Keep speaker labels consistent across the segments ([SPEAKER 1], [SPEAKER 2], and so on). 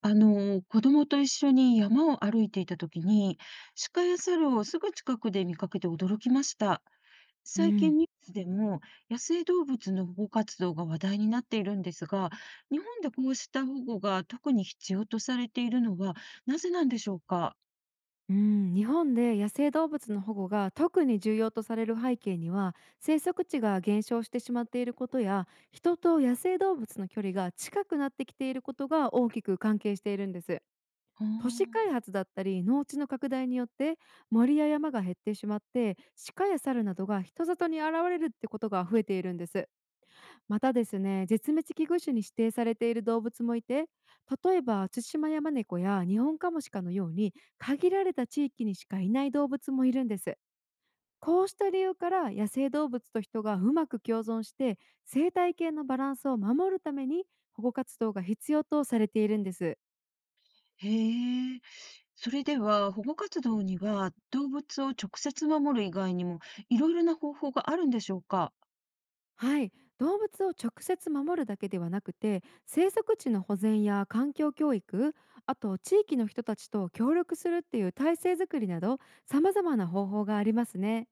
[SPEAKER 1] 子供と一緒に山を歩いていた時に、鹿や猿をすぐ近くで見かけて驚きました。
[SPEAKER 2] う
[SPEAKER 1] 最近
[SPEAKER 2] ん、
[SPEAKER 1] ニュースでも野生動物の保護活動が話題になっているんですが、日本でこうした保護が特に必要とされているのはなぜなんでしょうか。
[SPEAKER 2] うん、日本で野生動物の保護が特に重要とされる背景には、生息地が減少してしまっていることや人と野生動物の距離が近くなってきていることが大きく関係しているんです。
[SPEAKER 1] あ
[SPEAKER 2] 都市
[SPEAKER 1] ー。
[SPEAKER 2] 開発だったり農地の拡大によって、森や山が減ってしまって、鹿や猿などが人里に現れるってことが増えているんです。またですね、絶滅危惧種に指定されている動物もいて、例えばツシマヤマネコやニホンカモシカのように限られた地域にしかいない動物もいるんです。こうした理由から、野生動物と人がうまく共存して、生態系のバランスを守るために保護活動が必要とされているんです。
[SPEAKER 1] へえ。それでは保護活動には動物を直接守る以外にもいろいろな方法があるんでしょうか。
[SPEAKER 2] はい、動物を直接守るだけではなくて、生息地の保全や環境教育、あと地域の人たちと協力するっていう体制づくりなど、様々な方法がありますね。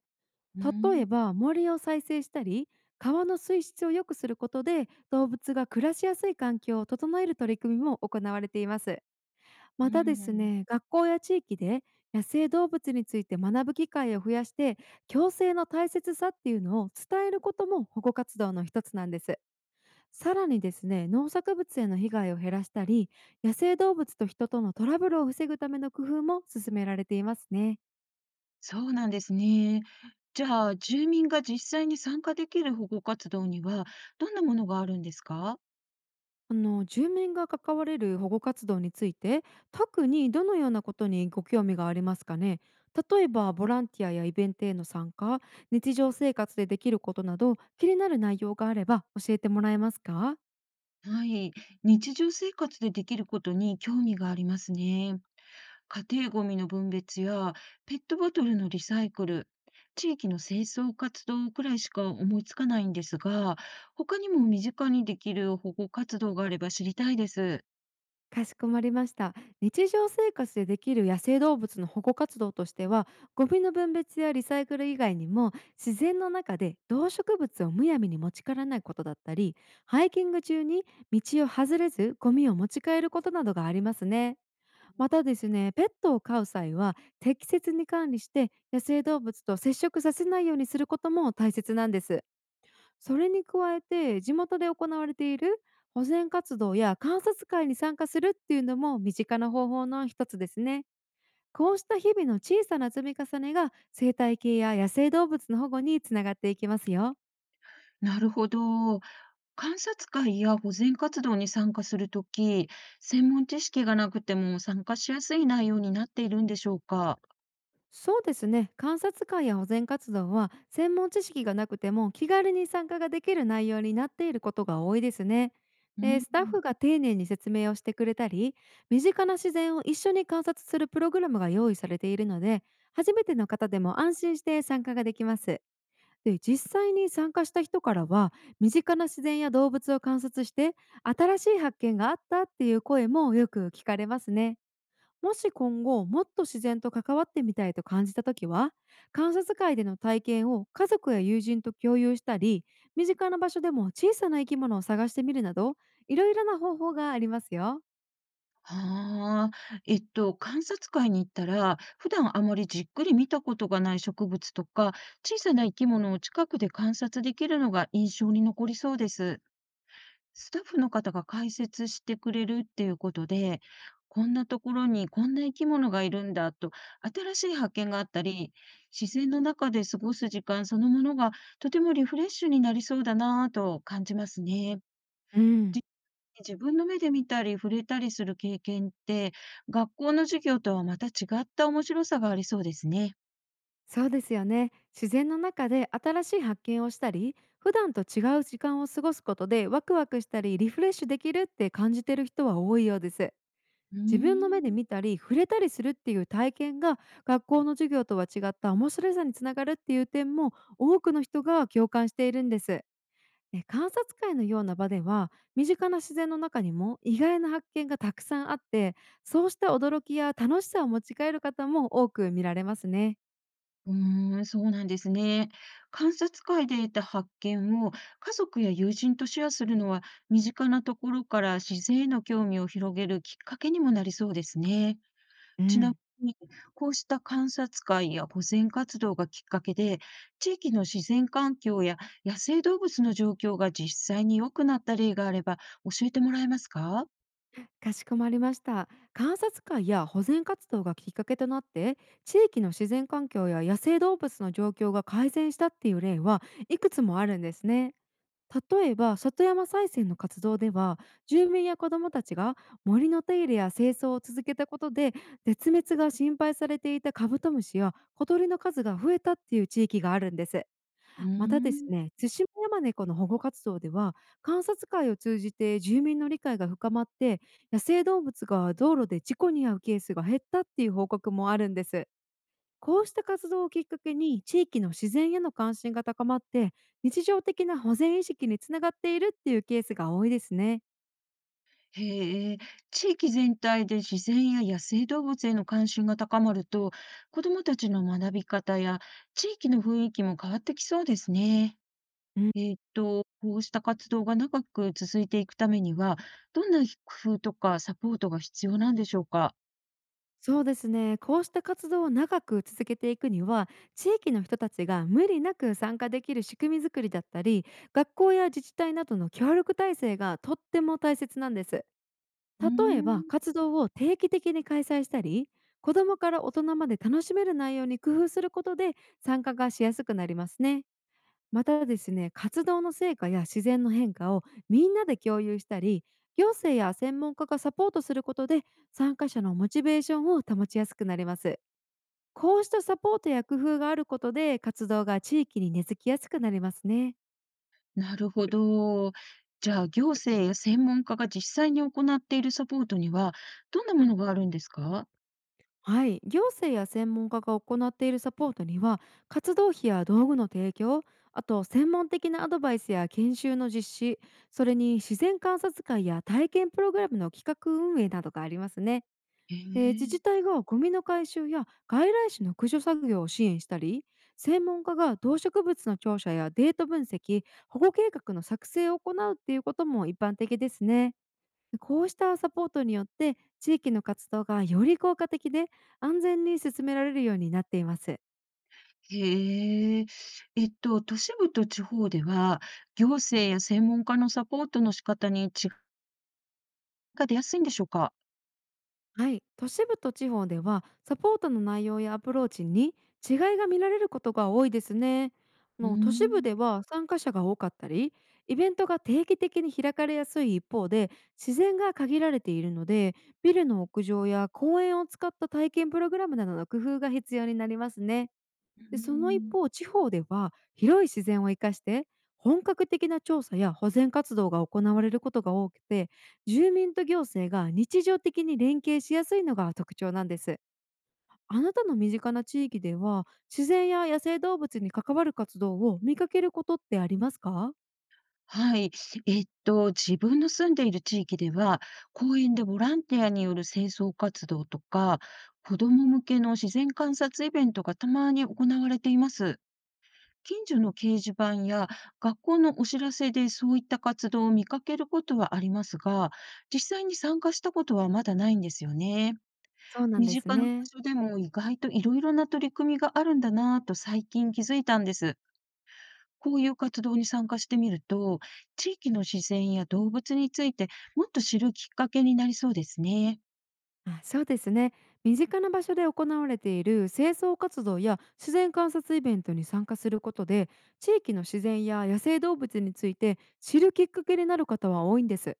[SPEAKER 1] うー
[SPEAKER 2] 例
[SPEAKER 1] ん。
[SPEAKER 2] えば森を再生したり、川の水質を良くすることで動物が暮らしやすい環境を整える取り組みも行われています。
[SPEAKER 1] う
[SPEAKER 2] またです
[SPEAKER 1] ん、
[SPEAKER 2] ね、学校や地域で野生動物について学ぶ機会を増やして、共生の大切さっていうのを伝えることも保護活動の一つなんです。さらにですね、農作物への被害を減らしたり、野生動物と人とのトラブルを防ぐための工夫も進められていますね。
[SPEAKER 1] そうなんですね。じゃあ、住民が実際に参加できる保護活動には、どんなものがあるんですか？
[SPEAKER 2] 住民が関われる保護活動について、特にどのようなことにご興味がありますかね？例えばボランティアやイベントへの参加、日常生活でできることなど、気になる内容があれば教えてもらえますか？
[SPEAKER 1] はい。日常生活でできることに興味がありますね。家庭ごみの分別や、ペットボトルのリサイクル、地域の清掃活動くらいしか思いつかないんですが、他にも身近にできる保護活動があれば知りたいです。
[SPEAKER 2] かしこまりました。日常生活でできる野生動物の保護活動としては、ゴミの分別やリサイクル以外にも、自然の中で動植物をむやみに持ち帰らないことだったり、ハイキング中に道を外れずゴミを持ち帰ることなどがありますね。またですね、ペットを飼う際は適切に管理して野生動物と接触させないようにすることも大切なんです。それに加えて地元で行われている保全活動や観察会に参加するっていうのも身近な方法の一つですね。こうした日々の小さな積み重ねが生態系や野生動物の保護につながっていきますよ。
[SPEAKER 1] なるほど。観察会や保全活動に参加するとき、専門知識がなくても参加しやすい内容になっているんでしょうか？
[SPEAKER 2] そうですね、観察会や保全活動は専門知識がなくても気軽に参加ができる内容になっていることが多いですね。
[SPEAKER 1] う
[SPEAKER 2] で
[SPEAKER 1] ん。
[SPEAKER 2] スタッフが丁寧に説明をしてくれたり、身近な自然を一緒に観察するプログラムが用意されているので、初めての方でも安心して参加ができます。で実際に参加した人からは、身近な自然や動物を観察して新しい発見があったっていう声もよく聞かれますね。もし今後もっと自然と関わってみたいと感じた時は、観察会での体験を家族や友人と共有したり、身近な場所でも小さな生き物を探してみるなど、いろいろな方法がありますよ。
[SPEAKER 1] はあ、観察会に行ったら、普段あまりじっくり見たことがない植物とか、小さな生き物を近くで観察できるのが印象に残りそうです。スタッフの方が解説してくれるっていうことで、こんなところにこんな生き物がいるんだと、新しい発見があったり、自然の中で過ごす時間そのものがとてもリフレッシュになりそうだなぁと感じますね。
[SPEAKER 2] う
[SPEAKER 1] じ
[SPEAKER 2] ん、
[SPEAKER 1] 自分の目で見たり触れたりする経験って、学校の授業とはまた違った面白さがありそうですね。
[SPEAKER 2] そうですよね、自然の中で新しい発見をしたり、普段と違う時間を過ごすことでワクワクしたりリフレッシュできるって感じてる人は多いようです。
[SPEAKER 1] うー
[SPEAKER 2] 自分の目で
[SPEAKER 1] ん。
[SPEAKER 2] 見たり触れたりするっていう体験が、学校の授業とは違った面白さにつながるっていう点も多くの人が共感しているんです。観察会のような場では身近な自然の中にも意外な発見がたくさんあって、そうした驚きや楽しさを持ち帰る方も多く見られますね。
[SPEAKER 1] うーん、そうなんですね。観察会で得た発見を家族や友人とシェアするのは、身近なところから自然への興味を広げるきっかけにもなりそうですね。
[SPEAKER 2] う
[SPEAKER 1] ちな
[SPEAKER 2] ん、
[SPEAKER 1] みに、こうした観察会や保全活動がきっかけで、地域の自然環境や野生動物の状況が実際に良くなった例があれば教えてもらえますか？
[SPEAKER 2] かしこまりました。観察会や保全活動がきっかけとなって、地域の自然環境や野生動物の状況が改善したっていう例はいくつもあるんですね。例えば里山再生の活動では、住民や子どもたちが森の手入れや清掃を続けたことで、絶滅が心配されていたカブトムシや小鳥の数が増えたっていう地域があるんです。
[SPEAKER 1] う
[SPEAKER 2] またです
[SPEAKER 1] ーん。
[SPEAKER 2] ね、対馬山猫の保護活動では、観察会を通じて住民の理解が深まって、野生動物が道路で事故に遭うケースが減ったっていう報告もあるんです。こうした活動をきっかけに地域の自然への関心が高まって、日常的な保全意識につながっているっていうケースが多いですね。
[SPEAKER 1] へえ、地域全体で自然や野生動物への関心が高まると、子どもたちの学び方や地域の雰囲気も変わってきそうですね。
[SPEAKER 2] うん、
[SPEAKER 1] こうした活動が長く続いていくためには、どんな工夫とかサポートが必要なんでしょうか。
[SPEAKER 2] そうですね、こうした活動を長く続けていくには、地域の人たちが無理なく参加できる仕組みづくりだったり、学校や自治体などの協力体制がとっても大切なんです。
[SPEAKER 1] うー
[SPEAKER 2] 例えば
[SPEAKER 1] ん。
[SPEAKER 2] 活動を定期的に開催したり、子どもから大人まで楽しめる内容に工夫することで参加がしやすくなりますね。またですね、活動の成果や自然の変化をみんなで共有したり、行政や専門家がサポートすることで参加者のモチベーションを保ちやすくなります。こうしたサポートや工夫があることで活動が地域に根付きやすくなりますね。
[SPEAKER 1] なるほど。じゃあ、行政や専門家が実際に行っているサポートには、どんなものがあるんですか？
[SPEAKER 2] はい、行政や専門家が行っているサポートには、活動費や道具の提供、あと専門的なアドバイスや研修の実施、それに自然観察会や体験プログラムの企画運営などがありますね。
[SPEAKER 1] へ
[SPEAKER 2] で自
[SPEAKER 1] え。
[SPEAKER 2] 治体がゴミの回収や外来種の駆除作業を支援したり、専門家が動植物の調査やデート分析、保護計画の作成を行うっていうことも一般的ですね。こうしたサポートによって地域の活動がより効果的で安全に進められるようになっています。
[SPEAKER 1] へえ。都市部と地方では、行政や専門家のサポートの仕方に違いが出やすいんでしょうか？
[SPEAKER 2] はい、都市部と地方ではサポートの内容やアプローチに違いが見られることが多いですね。
[SPEAKER 1] うー
[SPEAKER 2] 都市部
[SPEAKER 1] ん。
[SPEAKER 2] では参加者が多かったり、イベントが定期的に開かれやすい一方で、自然が限られているので、ビルの屋上や公園を使った体験プログラムなどの工夫が必要になりますね。
[SPEAKER 1] うー
[SPEAKER 2] で、その一
[SPEAKER 1] ん。
[SPEAKER 2] 方、地方では広い自然を生かして本格的な調査や保全活動が行われることが多くて、住民と行政が日常的に連携しやすいのが特徴なんです。あなたの身近な地域では自然や野生動物に関わる活動を見かけることってありますか？
[SPEAKER 1] はい。自分の住んでいる地域では、公園でボランティアによる清掃活動とか、子ども向けの自然観察イベントがたまに行われています。近所の掲示板や学校のお知らせでそういった活動を見かけることはありますが、実際に参加したことはまだないんですよね。
[SPEAKER 2] そうなん
[SPEAKER 1] 身
[SPEAKER 2] です
[SPEAKER 1] 近な場
[SPEAKER 2] ね。
[SPEAKER 1] 所でも意外といろいろな取り組みがあるんだなぁと最近気づいたんです。こういう活動に参加してみると、地域の自然や動物についてもっと知るきっかけになりそうですね。
[SPEAKER 2] そうですね、身近な場所で行われている清掃活動や自然観察イベントに参加することで、地域の自然や野生動物について知るきっかけになる方は多いんです。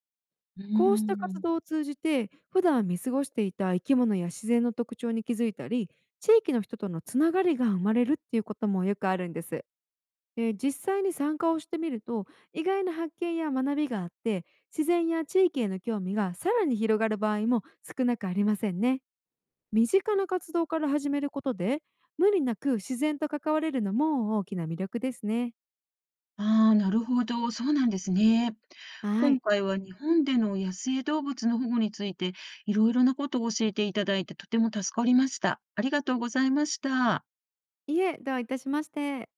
[SPEAKER 1] うー
[SPEAKER 2] こうした活
[SPEAKER 1] ん。
[SPEAKER 2] 動を通じて普段見過ごしていた生き物や自然の特徴に気づいたり、地域の人とのつながりが生まれるっていうこともよくあるんです。で実際に参加をしてみると意外な発見や学びがあって、自然や地域への興味がさらに広がる場合も少なくありませんね。身近な活動から始めることで無理なく自然と関われるのも大きな魅力ですね。
[SPEAKER 1] ああ、なるほど、そうなんですね。
[SPEAKER 2] は
[SPEAKER 1] 今
[SPEAKER 2] い。
[SPEAKER 1] 回は日本での野生動物の保護について、いろいろなことを教えていただいて、とても助かりました。ありがとうございました。
[SPEAKER 2] いえ、どういたしまして。